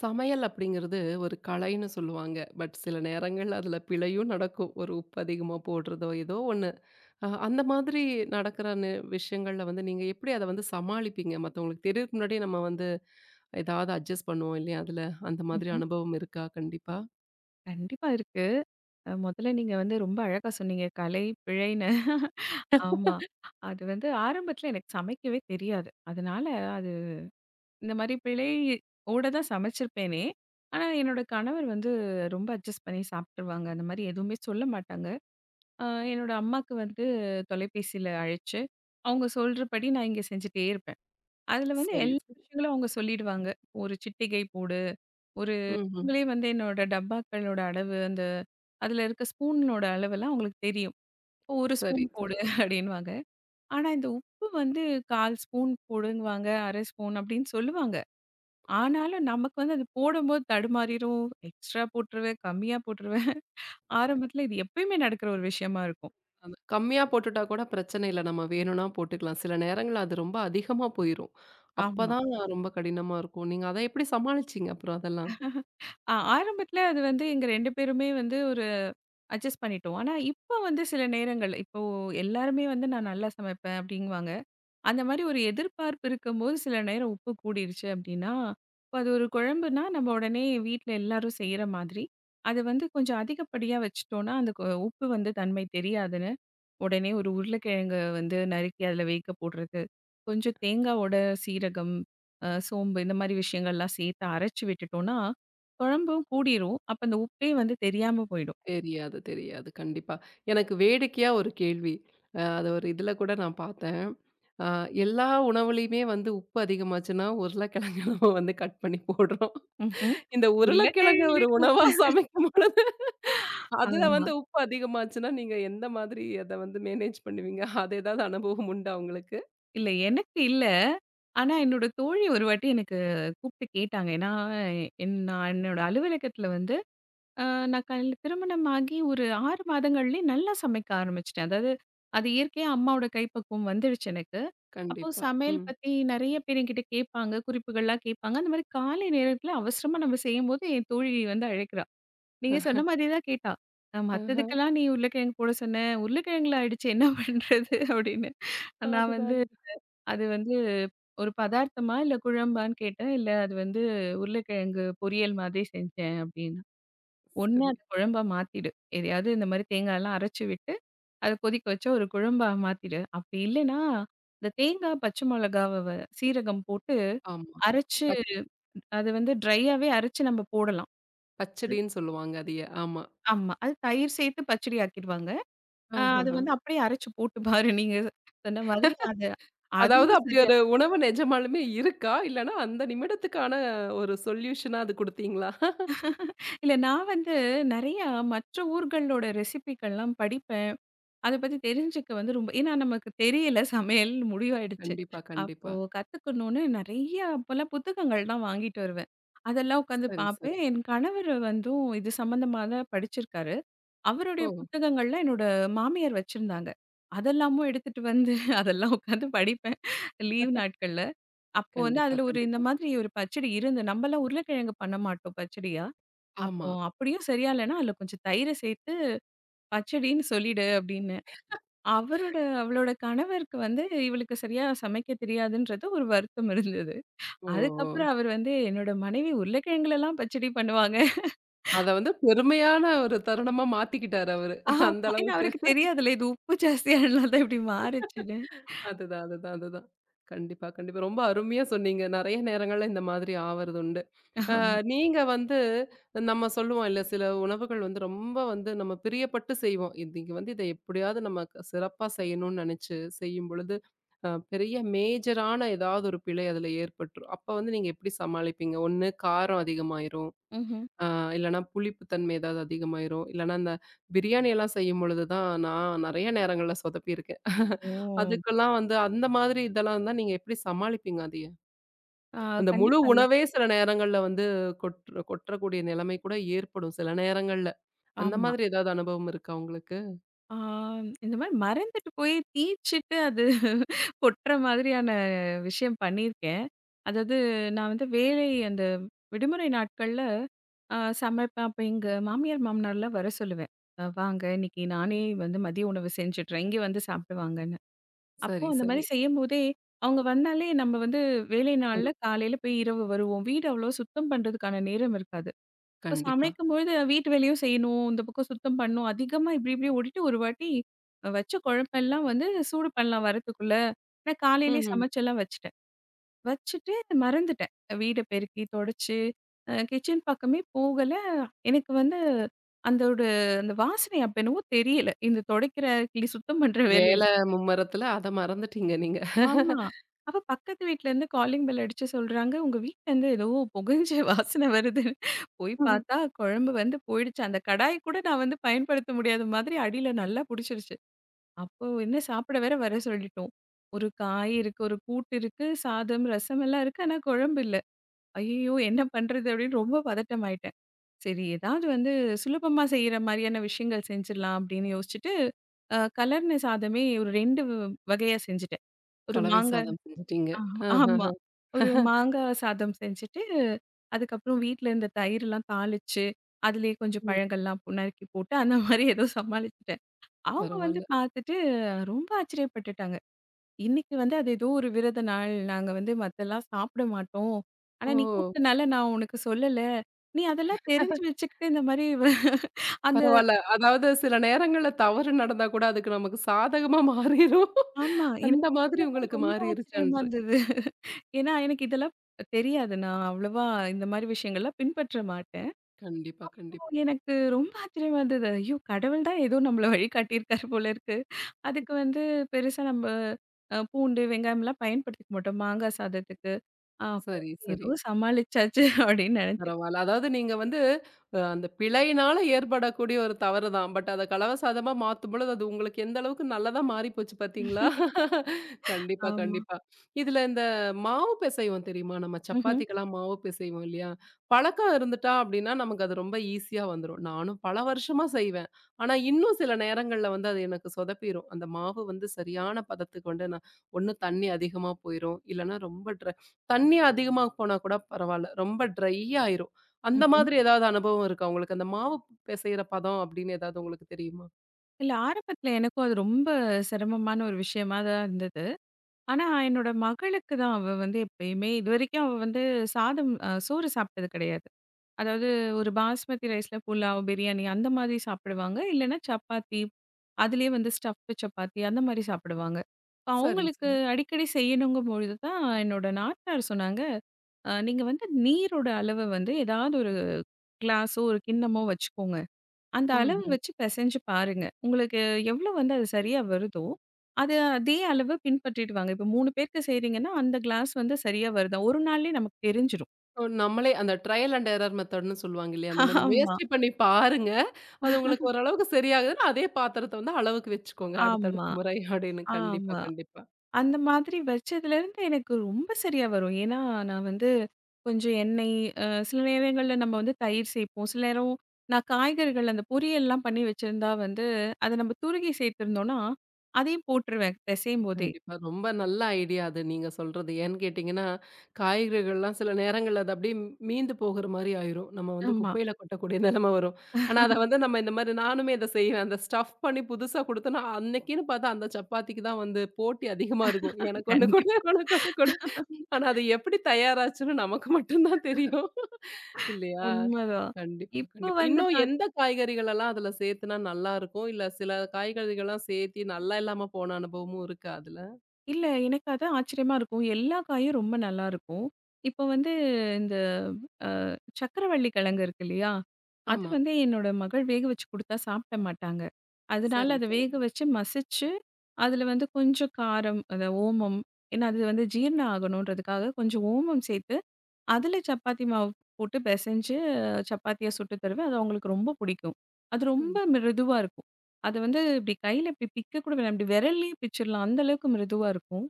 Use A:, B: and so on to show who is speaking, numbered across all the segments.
A: சமையல் அப்படிங்கிறது ஒரு கலைன்னு சொல்லுவாங்க. பட் சில நேரங்கள்ல அதில பிழையும் நடக்கும். ஒரு உப்பு அதிகமா போடுறதோ, ஏதோ ஒண்ணு. அந்த மாதிரி நடக்கிற விஷயங்கள்ல வந்து நீங்க எப்படி அத வந்து சமாளிப்பீங்க? மத்தவங்களுக்கு தெரியறதுக்கு முன்னாடி நம்ம வந்து ஏதாவது அட்ஜஸ்ட் பண்ணுவோம் இல்லையா அதுல? அந்த மாதிரி
B: ம்ஹ்ம்.
A: அனுபவம் இருக்கா? கண்டிப்பா.
B: கண்டிப்பா இருக்கு. மொதல்ல நீங்க வந்து ரொம்ப அழகா சொன்னீங்க. கலை, பிழைன்னு. ஆமா. அது வந்து ஆரம்பத்துல எனக்கு சமைக்கவே தெரியாது. அதனால அது இந்த மாரி பிழை ஓட தான் சமைச்சிருப்பேனே! ஆனா, என்னோட கணவர் வந்து ரொம்ப அட்ஜஸ்ட் பண்ணி சாப்ட்டுருவாங்க. அந்த மாரி எதுவுமே சொல்ல மாட்டாங்க. அ என்னோட அம்மாக்கு வந்து தொலைபேசியில அழைச்சு, அவுங்க சொல்றபடி நான் இங்க செஞ்சுட்டே இருப்பேன். அதுல வந்து
A: சரி,
B: எல்லா
A: சரி.
B: விஷயங்களும் அவுங்க சொல்லிடுவாங்க. ஒரு சிட்டிகை போடு, ஒரு
A: ம்ஹ்ம்.
B: அவங்களே வந்து என்னோட டப்பாக்களோட அளவு, அந்த அதில இருக்க ஸ்பூனோட அளவெல்லாம் அவங்களுக்கு தெரியும். "1
A: சரி,
B: ஸ்பூன் போடு"
A: சரி.
B: அப்படின்னுவாங்க. ஆனா இந்த உப்பு வந்து 1/4 ஸ்பூன் போடுங்குவாங்க, 1/2 ஸ்பூன் அப்படின்னு சொல்லுவாங்க. ஆனாலும் நமக்கு வந்து அது போடும்போது தடுமாறிரும். எக்ஸ்ட்ரா போட்டுருவேன், கம்மியா போட்டுருவேன். ஆரம்பத்தில இது எப்பயுமே நடக்கிற ஒரு விஷயமா இருக்கும்.
A: அது கம்மியா போட்டுட்டா கூட பிரச்சனை இல்ல. நம்ம வேணும்னா போட்டுக்கலாம். சில நேரங்கள்ல அது ரொம்ப அதிகமா போயிரும்.
B: ஆமா.
A: அப்பதான் ரொம்ப கடினமா இருக்கும். நீங்க அத எப்படி சமாளிச்சீங்க அப்புறம் அதெல்லாம்?
B: ஆரம்பத்தில அது வந்து எங்க 2 பேருமே வந்து ஒரு அட்ஜஸ்ட் பண்ணிட்டோம். ஆனா இப்ப வந்து சில நேரங்கள் இப்போ எல்லாருமே வந்து நான் நல்லா சமைப்பேன் அப்படிங்குவாங்க. அந்த மாரி ஒரு எதிர்பார்ப்பு இருக்கும்போது சில நேரம் உப்பு கூடிருச்சு அப்டின்னா, இப்ப அது ஒரு குழம்புனா நம்ம உடனே வீட்ல எல்லாரும் செய்ற மாதிரி, அது வந்து கொஞ்சம் அதிகப்படியா வச்சுட்டோம்னா, அந்த உப்பு வந்து தன்மை தெரியாதுன்னு, உடனே ஒரு உருளைக்கிழங்க வந்து நறுக்கி அதில வேக போடுறது, கொஞ்சம் தேங்காவோட சீரகம், சோம்பு இந்த மாரி விஷயங்கள்லாம் சேர்த்து அரைச்சு விட்டுட்டோம்னா, குழம்பும் கூடிரும். அப்ப அந்த உப்பே வந்து தெரியாம போயிடும்.
A: தெரியாது, தெரியாது. கண்டிப்பா. எனக்கு வேடிக்கையா ஒரு கேள்வி. அது ஒரு இதுல கூட நான் பார்த்தேன். அ எல்லா உணவுலயுமே வந்து உப்பு அதிகமாச்சுன்னா, உருளைக்கிழங்கு நம்ம வந்து கட் பண்ணி போடுறோம்.
B: ம்ஹ்ம்.
A: இந்த உருளைக்கிழங்கு ஒரு
B: உருளைக்கிழங்குலயே
A: உணவா
B: உப்பு.
A: சமைக்கும் பொழுது, அதுல
B: ஆமா.
A: வந்து உப்பு அதிகமாச்சுன்னா, நீங்க எந்த மாதிரி அத வந்து மேனேஜ் பண்ணுவீங்க? அது ஏதாவது அனுபவம் உண்டா உங்களுக்கு?
B: இல்ல எனக்கு இல்ல. ஆனா என்னோட தோழி ஒரு வாட்டி எனக்கு கூப்ட்டு கேட்டாங்க. ஏன்னா நான் என்னோட அலுவலகத்தில வந்து அ நான் கல் திருமணமாகி ஒரு 6 மாதங்கள்லயே நல்லா சமைக்க ஆரம்பிச்சுட்டேன். அதாவது அது இயற்கையா அம்மாவோட கைப்பக்குவம் வந்துடுச்சு எனக்கு. அப்போ
A: கண்டிப்பா.
B: சமையல்
A: ம்.
B: பத்தி நெறைய பேர் என்கிட்ட கேட்பாங்க. குறிப்புகள்லாம் கேட்பாங்க. அந்த மாரி காலை நேரத்தில அவசரமா நம்ம செய்யும்போது என் தோழி வந்து அழைக்கிறா. நீங்க சொன்ன மாரி தான் கேட்டா.
A: ஆஹ.
B: மத்ததுக்கெல்லாம் நீ உருளைக்கிழங்கு போட சொன்ன. உருளைக்கிழங்குல ஆயிடுச்சு என்ன பண்றது?" அப்படின்னு.
A: அதுதான்,
B: நான் வந்து
A: அதுதான்.
B: அது வந்து ஒரு பதார்த்தமா? இல்ல குழம்பான்னு கேட்டேன். இல்ல அது வந்து உருளைக்கிழங்கு பொரியல் மாதிரி செஞ்சேன் அப்டின்னா. ஒண்ணு
A: சரி.
B: அத குழம்பா மாத்திடு. எதையாவது இந்த மாரி தேங்காய்லாம் அரைச்சு விட்டு, அத கொதிக்க வச்சு ஒரு குழம்பா மாத்திடு. அப்டி இல்லன்னா, இந்த தேங்காய், பச்சை மிளகாவ சீரகம் போட்டு
A: ஆமா.
B: அரைச்சு
A: ப
B: அது வந்து ட்ரையாவே அரைச்சு நம்ம போடலாம்.
A: பச்சடின்னு சொல்லுவாங்க அதைய. ஆமா.
B: ஆமா. அது தயிர் சேர்த்து பச்சடி ஆக்கிடுவாங்க. அது
A: ஆஹஹ.
B: வந்து அப்படியே அரைச்சு போட்டு பாரு. நீங்க சொன்ன மாதிரி அது
A: அதாவது
B: அதுவும்
A: அப்படி
B: சரி.
A: ஒரு உணவு நிஜமாலுமே இருக்கா? இல்லன்னா அந்த நிமிடத்துக்கான ஒரு சொல்யூஷனா அது குடுத்தீங்களா?
B: இல்ல நான் வந்து நெறையா மற்ற ஊர்களோட ரெசிபிகள்லாம் படிப்பேன். அத பத்தி தெரிஞ்சுக்க வந்து ரொம்ப ஏன்னா நமக்கு தெரியல சமையல் முடிவாயிடுச்சு.
A: கண்டிப்பா,
B: அப்போ
A: கண்டிப்பா.
B: கத்துக்கணும்னு நெறையா அப்போலாம் புத்தகங்கள் தான் வாங்கிட்டு வருவேன். அதெல்லாம் உட்காந்து
A: சரி, சரி.
B: பார்ப்பேன். என் கணவர் வந்தும் இது சம்மந்தமா தான் படிச்சிருக்காரு. அவருடைய
A: ஓ!
B: புத்தகங்கள்லாம் என்னோட மாமியார் வச்சிருந்தாங்க. அதெல்லாமும் எடுத்துட்டு வந்து அதெல்லாம் உட்காந்து படிப்பேன் லீவ் நாட்கள்ல. அப்போ வந்து
A: கண்டிப்பா,
B: அதுல ஒரு இந்த
A: கண்டிப்பா.
B: மாதிரி ஒரு பச்சடி இருந்து நம்மலாம் உருளைக்கிழங்கு பண்ண மாட்டோம் பச்சடியா. அப்போ
A: ஆமா.
B: அப்படியும் சரியா இல்லன்னா, அதில கொஞ்சம் தயிர சேர்த்து பச்சடின்னு சொல்லிடு அப்படின்னு. அவரோட அவளோட கணவருக்கு வந்து இவளுக்கு சரியா சமைக்க தெரியாதுன்றது ஒரு வருத்தம் இருந்தது.
A: ஓ! ஓ!
B: அதுக்கப்புறம் அவர் வந்து என்னோட மனைவி உருளைக்கிழங்குலலாம் பச்சடி பண்ணுவாங்க.
A: அத வந்து பெருமையான ஒரு தருணமா மாத்திக்கிட்டாரு அவரு. அந்த
B: ஆமா. ஏன்னா
A: அளவுக்கு.
B: அவருக்கு தெரியாதுல்ல இது உப்பு ஜாஸ்தியானனால தான் இப்படி மாறுச்சுன்னு.
A: அதுதான், அதுதான், அதுதான். கண்டிப்பா, கண்டிப்பா. ரொம்ப அருமையா சொன்னீங்க. நெறைய நேரங்கள்ல இந்த மாதிரி ஆவறது உண்டு. அ
B: ஆமா.
A: நீங்க வந்து நம்ம சொல்லுவோம் இல்ல, சில உணவுகள் வந்து ரொம்ப வந்து நம்ம பிரியப்பட்டு செய்வோம். இன்னைக்கு வந்து இத எப்படியாவது நம்ம சிறப்பா செய்யணும்னு நெனச்சு செய்யும் பொழுது, பெரிய மேஜரான ஏதாவது ஒரு பிழை அதுல ஏற்பட்டுரும். அப்ப வந்து நீங்க எப்படி சமாளிப்பீங்க? ஒண்ணு காரம் அதிகமாயிரும்.
B: ம்ஹ்ம்.
A: அ இல்லன்னா புளிப்பு தன்மை ஏதாவது அதிகமாயிரும். இல்லன்னா இந்த பிரியாணியெல்லாம் செய்யும் பொழுது தான் நான் நெறைய நேரங்கள்ல சொதப்பியிருக்கேன்.
B: ஓ!
A: அதுக்கெல்லாம் வந்து அந்த மாதிரி இதெல்லாம் இருந்தா நீங்க எப்படி சமாளிப்பீங்க அதைய?
B: ஆ
A: அந்த முழு
B: கண்டிப்பா அது
A: உணவே சில நேரங்கள்ல வந்து கொட்றக்கூடிய நிலைமை கூட ஏற்படும் சில நேரங்கள்ல. அந்த
B: ஆமா.
A: மாதிரி ஏதாவது அனுபவம் இருக்கா உங்களுக்கு?
B: ஆ, இந்த மாரி மறந்துட்டு போய் தீச்சிட்டு அது கொட்டுற மாதிரியான விஷயம் பண்ணியிருக்கேன். அதாவது நான் வந்து வேலை அந்த விடுமுறை நாட்கள்ல சமைப்பேன். அப்ப எங்க மாமியார், மாமனார்லாம் வர சொல்லுவேன். "வாங்க இன்னைக்கு நானே வந்து மதிய உணவு செஞ்சுடுறேன். இங்க வந்து சாப்பிட்டு வாங்கன்னு." அப்போ
A: சரி,
B: அந்த
A: சரி.
B: மாரி செய்யும்போதே, அவங்க வந்தாலே நம்ம வந்து வேலை
A: ஒரு
B: நாள்ல காலையில போய் இரவு வருவோம். வீடு அவ்வளோ சுத்தம் பண்றதுக்கான நேரம் இருக்காது. இப்ப
A: கண்டிப்பா.
B: சமைக்கும்பொழுது வீட்டு வேலையும் செய்யணும், இந்த பக்கம் சுத்தம் பண்ணணும். அதிகமா இப்படி இப்படி ஓடிட்டு ஒரு வாட்டி வச்ச குழம்பெல்லாம் வந்து சூடு பண்ணலாம் வரதுக்குள்ள. நான் காலையிலேயே
A: ம்ஹ்ம்.
B: சமைச்செல்லாம் வச்சுட்டேன். வச்சுட்டு மறந்துட்டேன். வீட பெருக்கி, தொடச்சு கிச்சன் பக்கமே போகல. எனக்கு வந்து அந்தோட அந்த வாசனை அப்ப என்னவோ தெரியல. இந்த தொடைக்கிற கிளி சுத்தம் பண்ற வேலையில.
A: வேல மும்மரத்துல அத மறந்துட்டீங்க நீங்க.
B: ஆமா. அப்ப பக்கத்து வீட்லருந்து காலிங் பெல் அடிச்சு சொல்றாங்க, "உங்க வீட்லருந்து ஏதோ புகஞ்ச வாசனை வருது." போய்
A: ம்.
B: பார்த்தா குழம்பு வெந்து போயிடுச்சு. அந்த கடாய் கூட நான் வந்து பயன்படுத்த முடியாத மாதிரி அடியில நல்லா புடிச்சிருச்சு. அப்போ என்ன சாப்பிட வேற வர சொல்லிட்டோம். ஒரு காய் இருக்கு, ஒரு கூட்டு இருக்கு, சாதம், ரசம் எல்லாம் இருக்கு. ஆனா குழம்பு இல்ல. "ஐயய்யோ! என்ன பண்றது?" அப்படின்னு ரொம்ப பதட்டம் ஆயிட்டேன். சரி ஏதாவது வந்து சுலபமா செய்ற மாரியான விஷயங்கள் செஞ்சிடலாம் அப்படின்னு யோசிச்சுட்டு, கலர்ன சாதமே ஒரு 2 வகையா செஞ்சுட்டேன். ஒரு
A: கலவை
B: மாங்கா
A: சாதம் செஞ்சுட்டீங்க.
B: ஆமா, ஆமா.
A: ஆஹஹ.
B: ஒரு மாங்கா சாதம் செஞ்சுட்டு, அதுக்கப்புறம் வீட்ல இருந்த தயிர்லாம் தாளிச்சு, அதிலேயே கொஞ்சம்
A: ம்.
B: பழங்கள்லாம் நறுக்கி போட்டு, அந்த மாரி ஏதோ சமாளிச்சுட்டேன். அவங்க வந்து
A: பரவால்ல.
B: பார்த்துட்டு ரொம்ப ஆச்சரியப்பட்டுட்டாங்க. "இன்னைக்கு வந்து அது ஏதோ ஒரு விரத நாள். நாங்க வந்து மத்தெல்லாம் சாப்பிட மாட்டோம். ஆனா
A: ஓ!
B: நீ கூப்பிட்டனால நான் உனக்கு சொல்லல. நீ அதெல்லாம் தெரிஞ்சு வச்சுக்கிட்டு இந்த மாரி" அந்த
A: பரவால்ல. அதாவது சில நேரங்கள்ல தவறு நடந்தா கூட அதுக்கு நமக்கு சாதகமா மாறிரும்.
B: ஆமா. எனக்கு
A: அந்த மாதிரி
B: உண்மையாவே
A: உங்களுக்கு
B: ரொம்ப ஆச்சரியமா
A: மாறிருச்சான்று.
B: இருந்தது. ஏன்னா எனக்கு இதெல்லாம் தெரியாது. நான் அவ்வளவா இந்த மாரி விஷயங்கள்லாம் பின்பற்ற மாட்டேன்.
A: கண்டிப்பா, கண்டிப்பா.
B: எனக்கு ரொம்ப ஆச்சரியமா இருந்தது. ஐயோ! கடவுள் தான் ஏதோ நம்மள வழிகாட்டியிருக்காரு போல இருக்கு. அதுக்கு வந்து பெருசா நம்ம பூண்டு, வெங்காயம்லாம் பயன்படுத்திக்க மாட்டோம். மாங்காய் சாதத்துக்கு. அப்போ
A: சரி,
B: வந்து
A: சரி.
B: ஏதோ சமாளிச்சாச்சு அப்படின்னு நினைச்சேன்.
A: பரவால்ல. அதாவது நீங்க வந்து அந்த பிழையினால ஏற்படக்கூடிய ஒரு தவறு தான். பட் அத கலவசாதமா மாத்தும்பொழுது, அது உங்களுக்கு எந்த அளவுக்கு நல்லதா மாறி போச்சு பார்த்தீங்களா? கண்டிப்பா,
B: ஆமா.
A: கண்டிப்பா. இதுல இந்த மாவு பிசைவோம் தெரியுமா? நம்ம
B: ம்ஹ்ம்.
A: சப்பாத்திக்கெல்லாம் மாவு பிசைவோம் இல்லையா? பழக்கம் இருந்துட்டா அப்படின்னா, நமக்கு அது ரொம்ப ஈஸியா வந்துரும். நானும் பல வருஷமா செய்வேன். ஆனா, இன்னும் சில நேரங்கள்ல வந்து அது எனக்கு சொதப்பிரும். அந்த மாவு வந்து சரியான பதத்துக்கு வந்து நான் ஒண்ணு தண்ணி அதிகமா போயிரும், இல்லன்னா ரொம்ப ட்ரை தண்ணி அதிகமா போனா கூட பரவால்ல. ரொம்ப ட்ரை ஆயிரும். அந்த
B: ம்ஹ்ம்.
A: மாதிரி ஏதாவது அனுபவம் இருக்கா உங்களுக்கு? அந்த மாவு பிசையிற பதம் அப்படின்னு ஏதாவது உங்களுக்கு தெரியுமா?
B: இல்ல ஆரம்பத்துல எனக்கும் அது ரொம்ப சிரமமான ஒரு விஷயமா தான் இருந்தது. ஆனா, என்னோட மகளுக்கு தான் அவ வந்து எப்பயுமே இதுவரைக்கும் அவ வந்து சாதம் சோறு சாப்பிட்டது கிடையாது. அதாவது ஒரு பாஸ்மதி ரைஸ்ல புலாவ், பிரியாணி அந்த மாதிரி சாப்பிடுவாங்க. இல்லன்னா சப்பாத்தி, அதிலேயே வந்து ஸ்டஃப்டு சப்பாத்தி அந்த மாரி சாப்பிடுவாங்க. இப்ப
A: சரி,
B: அவங்களுக்கு
A: சரி.
B: அடிக்கடி செய்யணுங்கும்பொழுது தான் என்னோட நாத்தனார் சொன்னாங்க, நீங்க வந்து நீரோட அளவு வந்து ஏதாவது ஒரு கிளாஸோ, ஒரு கிண்ணமோ வச்சுக்கோங்க. அந்த அளவு
A: ம்ஹ்ம்.
B: வச்சு பெசஞ்சு பாருங்க. உங்களுக்கு எவ்வளோ வந்து அது சரியா வருதோ, அது அதே அளவு பின்பற்றிட்டு வாங்க." இப்ப 3 பேருக்கு செய்றீங்கன்னா, அந்த கிளாஸ் வந்து சரியா வருதா? ஒரு நாள்லயே நமக்கு தெரிஞ்சிரும்.
A: ஓ நம்மளே அந்த ட்ரையல் அண்ட் எரர் மெத்தட்ன்னு சொல்லுவாங்க இல்லையா? அந்த மாரி
B: ஆமா.
A: முயற்சி பண்ணி பாருங்க. அது உங்களுக்கு ஓரளவுக்கு சரியாகுதுன்னா, அதே பாத்திரத்த வந்து அளவுக்கு வச்சுக்கோங்க அடுத்தடுத்த
B: ஆமா,
A: முறை அப்படின்னு. கண்டிப்பா,
B: ஆமா.
A: கண்டிப்பா.
B: அந்த மாதிரி வச்சதுலேருந்து எனக்கு ரொம்ப சரியா வரும். ஏன்னா, நான் வந்து கொஞ்சம் எண்ணெய் சில நேரங்கள்ல நம்ம வந்து தயிர் சேர்ப்போம். சில நேரம் நான் காய்கறிகள் அந்த பொரியல்லாம் பண்ணி வச்சிருந்தா வந்து, அத நம்ம துருகி சேர்த்திருந்தோம்னா, அதையும் போட்டுருவேன் பெசையும் போதே.
A: கண்டிப்பா. ரொம்ப நல்ல ஐடியா அது நீங்க சொல்றது. ஏன்னு கேட்டீங்கன்னா, காய்கறிகள்லாம் சில நேரங்கள்ல அது அப்படியே மீந்து போகுற மாரி ஆயிரும். நம்ம வந்து
B: ஆமா.
A: குப்பையில கொட்டக்கூடிய நிலைமை வரும். ஆனா, அத வந்து நம்ம இந்த மாரி நானுமே இத செய்வேன். அந்த ஸ்டஃப் பண்ணி புதுசா குடுத்தோன்னா, அன்னைக்குன்னு பார்த்தா அந்த சப்பாத்திக்கு தான் வந்து போட்டி அதிகமா இருக்கும். எனக்கு ஒண்ணு கொடு,
B: கண்டிப்பா.
A: உனக்கு ஒண்ணு கொடு. ஆனா, அது எப்படி தயாராச்சுன்னு நமக்கு மட்டும் தான் தெரியும். இல்லையா?
B: உண்மதான்.
A: கண்டிப்பா,
B: இப்போ
A: கண்டிப்பா.
B: வந்து
A: இன்னும் எந்த காய்கறிகளெல்லாம் அதுல சேர்த்துனா நல்லாருக்கும்? இல்ல சில காய்கறிகள்லாம் சேர்த்தி நல்லா இல்லாம போன அனுபவமும் இருக்கா அதுல?
B: இல்ல. எனக்கு அதான் ஆச்சரியமா இருக்கும். எல்லா காயும் ரொம்ப நல்லாருக்கும். இப்போ வந்து இந்த அ சக்கரவள்ளி கிழங்கு இருக்கு இல்லையா? அது
A: ஆமா.
B: வந்து என்னோட மகள் வேக வச்சு குடுத்தா சாப்பிட மாட்டாங்க. அதனால
A: சரி,
B: அத
A: சரி.
B: வேக வச்சு மசிச்சு, அதில வந்து கொஞ்சம் காரம், அந்த ஓமம் ஏன்னா அது வந்து ஜீரணம் ஆகணுன்றதுக்காக கொஞ்சம் ஓமம் சேர்த்து அதுல சப்பாத்தி மாவு போட்டு பெசஞ்சு, சப்பாத்தியா சுட்டு தருவேன். அது அவங்களுக்கு ரொம்ப பிடிக்கும். அது ரொம்ப
A: கண்டிப்பா.
B: மிருதுவா இருக்கும். அது வந்து இப்படி கையில இப்படி பிக்க கூட வேணாம். இப்படி விரல்லயே பிச்சிடலாம். அந்த அளவுக்கு மிருதுவா இருக்கும்.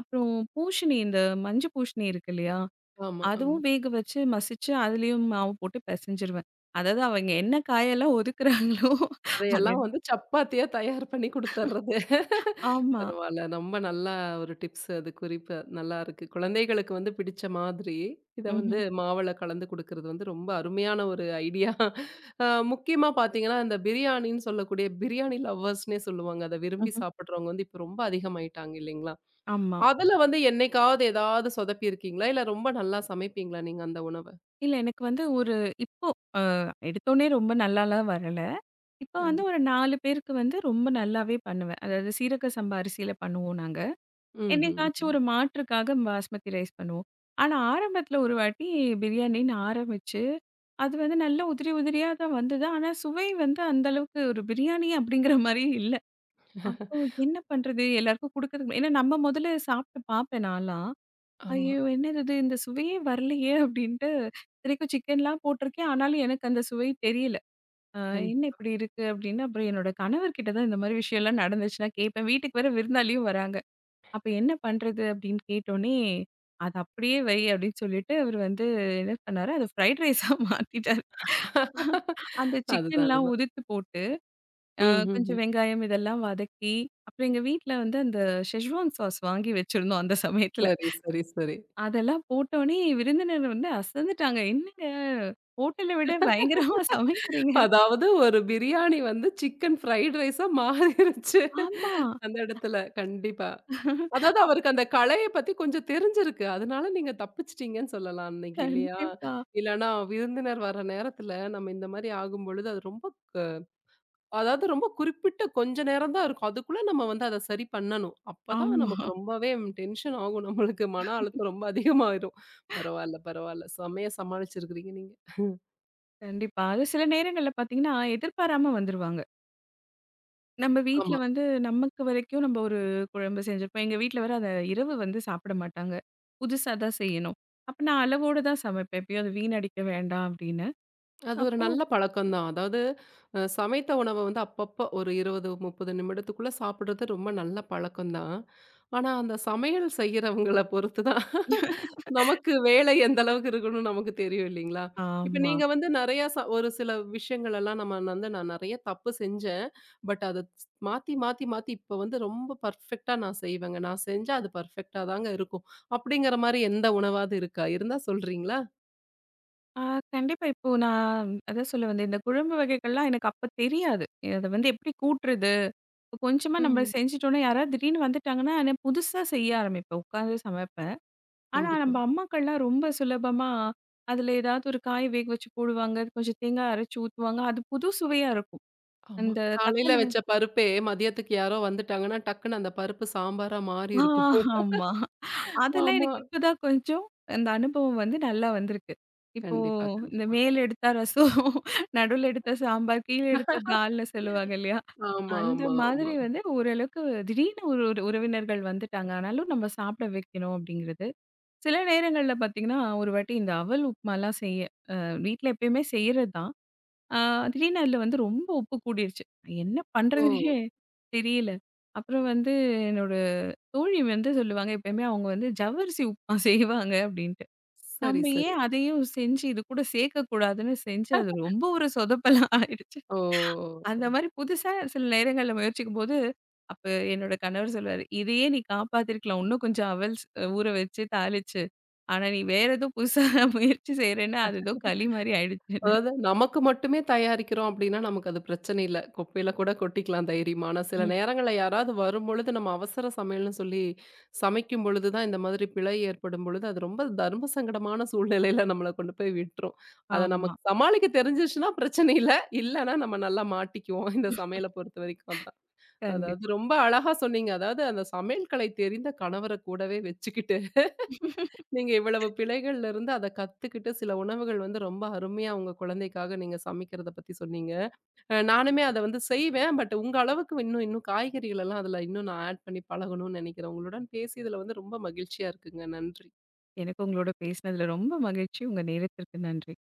B: அப்புறம் பூசணி, இந்த மஞ்ச பூசணி இருக்கு இல்லையா?
A: ஆமா, ஆமா.
B: அதுவும் வேக வச்சு மசிச்சு, அதுலயும் மாவு போட்டு பெசஞ்சிருவேன். அதாவது அவங்க என்ன காயெல்லாம் ஒதுக்குறாங்களோ அது
A: அதையெல்லாம் வந்து சப்பாத்தியா தயார் பண்ணி குடுத்துர்றது.
B: ஆமா.
A: பரவால்ல. ரொம்ப நல்லா ஒரு டிப்ஸ் அது குறிப்பு. நல்லா இருக்கு. குழந்தைகளுக்கு வந்து பிடிச்ச மாதிரி, இத வந்து
B: ம்ஹ்ம்.
A: மாவுல கலந்து குடுக்கறது வந்து ரொம்ப அருமையான ஒரு ஐடியா. அ முக்கியமா பார்த்தீங்கன்னா, இந்த பிரியாணின்னு சொல்லக்கூடிய பிரியாணி லவ்வர்ஸ்ன்னே சொல்லுவாங்க. அத விரும்பி
B: ம்ஹ்ம்.
A: சாப்பிடுறவங்க வந்து இப்ப ரொம்ப அதிகமாயிட்டாங்க இல்லைங்களா?
B: ஆமா.
A: அதுல வந்து என்னைக்காவது ஏதாவது சொதப்பியிருக்கீங்களா? இல்ல ரொம்ப நல்லா சமைப்பீங்களா நீங்க அந்த உணவ?
B: இல்ல எனக்கு வந்து ஒரு இப்போ அ எடுத்தோனே ரொம்ப நல்லாலாம் வரல. இப்ப வந்து
A: கண்டிப்பா.
B: ஒரு 4 பேருக்கு வந்து ரொம்ப நல்லாவே பண்ணுவேன். அதாவது சீரக சம்பா அரிசியில பண்ணுவோம் நாங்க.
A: ம்ஹ்ம். ம்.
B: என்னைக்காச்சும்
A: ம்.
B: ஒரு மாற்றுக்காக பாஸ்மதி ரைஸ் பண்ணுவோம். ஆனா ஆரம்பத்துல ஒரு வாட்டி பிரியாணின்னு ஆரம்பிச்சு, அது வந்து நல்லா உதிரி உதிரியா தான் வந்தது. ஆனா சுவை வந்து அந்த அளவுக்கு ஒரு பிரியாணி அப்படிங்கிற மாரி இல்ல. அப்போ என்ன பண்றது? எல்லாருக்கும் குடுக்கறதுக்கு ஏன்னா நம்ம முதல்ல சாப்பிட்டு பார்ப்பேன் நான்லாம்.
A: ஆமா.
B: ஐயோ! என்னது இது? இந்த சுவையே வரலையே! அப்படின்ட்டு இத்தனைக்கும் சிக்கன்லாம் போட்டிருக்கேன். ஆனாலும் எனக்கு அந்த சுவை தெரியல. அ என்ன
A: கண்டிப்பா.
B: இப்படி இருக்கு அப்படின்னு, அப்புறம் என்னோட கணவர்கிட்ட தான் இந்த மாரி விஷயம்லாம் நடந்துச்சுன்னா கேட்பேன். வீட்டுக்கு வேற விருந்தாளியும் வராங்க. அப்ப என்ன பண்றது அப்படின்னு கேட்டோனே, "அத அப்படியே வை" அப்படின்னு சொல்லிட்டு அவரு வந்து என்ன பண்ணாரு, அத ஃப்ரைட் ரைஸா மாத்திட்டாரு. அந்த
A: அதுதான்,
B: சிக்கன்லாம்
A: அதுதான்.
B: உதித்து போட்டு, அ
A: ம்ஹ்ஹ்ம்.
B: கொஞ்சம் வெங்காயம் இதெல்லாம் வதக்கி, அப்புறம் எங்க வீட்ல வந்து அந்த ஷெஸ்வான் சாஸ் வாங்கி வச்சிருந்தோம் அந்த சமயத்துல.
A: சரி, சரி, சரி.
B: அதெல்லாம் போட்டோனே விருந்தினர் வந்து அசந்துட்டாங்க. "என்னங்க ஹோட்டல விட பயங்கரமா சமைக்கிறீங்க."
A: அதாவது ஒரு பிரியாணி வந்து சிக்கன் ஃப்ரைட் ரைஸா மாறிருச்சு.
B: ஆமா.
A: அந்த இடத்துல. கண்டிப்பா. அதாவது அவருக்கு அந்த கலைய பத்தி கொஞ்சம் தெரிஞ்சிருக்கு. அதனால நீங்க தப்பிச்சுட்டீங்கன்னு சொல்லலாம் அன்னைக்கு இல்லையா?
B: கண்டிப்பா.
A: இல்லன்னா விருந்தினர் வர நேரத்துல நம்ம இந்த மாரி ஆகும்பொழுது அது ரொம்ப க அதாவது ரொம்ப குறிப்பிட்ட கொஞ்ச நேரம் தான் இருக்கும். அதுக்குள்ள நம்ம வந்து அத சரி பண்ணணும். அப்பதான்
B: ஆமா.
A: நமக்கு ரொம்பவே டென்ஷன் ஆகும். நம்மளுக்கு மன அழுத்தம் ரொம்ப அதிகமாயிரும். பரவால்ல, பரவால்ல. செம்மையா சமாளிச்சிருக்கிறீங்க நீங்க.
B: கண்டிப்பா. அது சில நேரங்கள்ல பார்த்தீங்கன்னா, எதிர்பாராம வந்துருவாங்க. நம்ம வீட்ல
A: ஆமா.
B: வந்து நமக்கு வரைக்கும் நம்ம ஒரு குழம்பு செஞ்சிருப்போம். எங்க வீட்ல வேற அத இரவு வந்து சாப்பிட மாட்டாங்க. புதுசா தான் செய்யணும். அப்ப நான் அளவோட தான் சமைப்பேன். எப்பயும் அது வீணடிக்க வேண்டாம் அப்படின்னு.
A: அது ஒரு
B: அப்போ
A: நல்ல பழக்கம் தான். அதாவது சமைத்த உணவ வந்து அப்பப்போ ஒரு 20, 30 நிமிடத்துக்குள்ள சாப்பிடுறது ரொம்ப நல்ல பழக்கம் தான். ஆனா, அந்த சமையல் செய்றவங்கள பொறுத்து தான் நமக்கு வேலை எந்த அளவுக்கு இருக்குன்னு நமக்கு தெரியும் இல்லைங்களா? இப்ப
B: ஆமா.
A: நீங்க வந்து நெறையா ஒரு சில விஷயங்கள் எல்லாம் நம்ம வந்து நான் நெறைய தப்பு செஞ்சேன். பட் அத மாத்தி, மாத்தி, மாத்தி இப்ப வந்து ரொம்ப பெர்ஃபெக்ட்டா நான் செய்வேங்க. நான் செஞ்சா அது பெர்ஃபெக்ட்டா தாங்க இருக்கும். அப்படிங்கிற மாரி எந்த உணவாவது இருக்கா? இருந்தா சொல்றீங்களா?
B: ஆ கண்டிப்பா. இப்போ நான் அதான் சொல்ல வந்தேன். இந்த குழம்பு வகைகள்லாம் எனக்கு அப்ப தெரியாது. அத வந்து எப்படி கூட்டுறது? இப்ப கொஞ்சமா நம்ம
A: ம்.
B: செஞ்சுட்டோம்னா, யாராவது திடீர்னு வந்துட்டாங்கன்னா, நான் புதுசா செய்ய ஆரம்பிப்பேன். உட்காந்து சமைப்பேன். ஆனா,
A: கண்டிப்பா.
B: நம்ம அம்மாக்கள்லாம் ரொம்ப சுலபமா, அதுல ஏதாவது ஒரு காய் வேக வச்சு போடுவாங்க. கொஞ்சம் தேங்காய் அரைச்சு ஊத்துவாங்க. அது புது சுவையா இருக்கும்.
A: ஆமா.
B: அந்த
A: காலையில
B: தக்காளி
A: வச்ச பருப்பே மதியத்துக்கு யாரோ வந்துட்டாங்கன்னா, டக்குன்னு அந்த பருப்பு சாம்பாரா மாறி
B: ஆ
A: இருக்கும்.
B: ஆமா. அதெல்லாம்
A: ஆமா.
B: எனக்கு இப்ப தான் கொஞ்சம் அந்த அனுபவம் வந்து நல்லா வந்திருக்கு. இப்போ
A: கண்டிப்பா,
B: இந்த
A: கண்டிப்பா.
B: மேல் எடுத்தா ரசம், நடுவுல எடுத்தா சாம்பார், கீழ எடுத்தா தால்ன்னு சொல்லுவாங்க இல்லையா?
A: ஆமா,
B: அந்த
A: ஆமா,
B: மாதிரி
A: ஆமா.
B: வந்து ஓரளவுக்கு திடீர்னு ஒரு ஒரு உறவினர்கள் வந்துட்டாங்க. ஆனாலும் நம்ம சாப்பிட வைக்கணும் அப்படிங்கிறது. சில நேரங்கள்ல பார்த்தீங்கன்னா, ஒரு வாட்டி இந்த அவல் உப்புமாலாம் செய்ய அ வீட்ல எப்பயுமே செய்றது தான். ஆ திடீர்னு அதுல வந்து ரொம்ப உப்பு கூடிருச்சு. என்ன
A: ஓ!
B: பண்றதுன்னே தெரியல. அப்புறம் வந்து என்னோட தோழி வந்து சொல்லுவாங்க, எப்பயுமே அவங்க வந்து ஜவ்வரிசி உப்புமா செய்வாங்க அப்டின்ட்டு.
A: சரி,
B: நம்ம
A: சரி.
B: ஏன் அதையும் செஞ்சு இது கூட சேர்க்கக்கூடாதுன்னு செஞ்சு அது ரொம்ப ஒரு சொதப்பலா ஆயிடுச்சு.
A: ஓ!
B: அந்த மாரி புதுசா சில நேரங்கள்ல முயற்சிக்கும்போது, அப்ப என்னோட கணவர் சொல்லுவாரு, "இதையே நீ காப்பாத்திருக்கலாம். இன்னும் கொஞ்சம் அவல் ஊற வச்சு, தாளிச்சு. ஆனா நீ வேற ஏதோ புதுசா முயற்சி செய்றேன்னா, அது ஏதோ களி மாரி ஆயிடுச்சுன்னு."
A: அதாவது நமக்கு மட்டுமே தயாரிக்கிறோம் அப்படின்னா, நமக்கு அது பிரச்சனை இல்ல. குப்பையில கூட கொட்டிக்கலாம் தைரியமா. ஆனா சில
B: ம்.
A: நேரங்கள்ல யாராவது வரும்பொழுது, நம்ம அவசர சமையல்ன்னு சொல்லி சமைக்கும் பொழுது தான் இந்த மாதிரி பிழை ஏற்படும் பொழுது, அது ரொம்ப தர்ம சங்கடமான சூழ்நிலையில நம்மள கொண்டு போய் விட்டுரும். அத
B: ஆமா.
A: நமக்கு சமாளிக்க தெரிஞ்சிருச்சுன்னா பிரச்சனை இல்ல. இல்லன்னா நம்ம நல்லா மாட்டிக்குவோம். இந்த சமையல பொறுத்த வரைக்கும் அதான். அதாவது
B: கண்டிப்பா.
A: ரொம்ப அழகா சொன்னீங்க. அதாவது அந்த சமையல் கலை தெரிந்த கணவர கூடவே வச்சுக்கிட்டு நீங்க இவ்வளவு பிழைகள்ல இருந்து அத கத்துக்கிட்டு சில உணவுகள் வந்து ரொம்ப அருமையா உங்க குழந்தைக்காக நீங்க சமைக்கிறத பத்தி சொன்னீங்க. நானுமே அத வந்து செய்வேன். பட் உங்க அளவுக்கு இன்னும் இன்னும் காய்கறிகள் எல்லாம் அதுல இன்னும் நான் ஆட் பண்ணி பழகணும்னு நெனைக்கிறேன். உங்களுடன் பேசியதுல வந்து ரொம்ப மகிழ்ச்சியா இருக்குங்க. நன்றி.
B: எனக்கு உங்களோட பேசினதுல ரொம்ப மகிழ்ச்சி. உங்க நேரத்திற்கு நன்றி.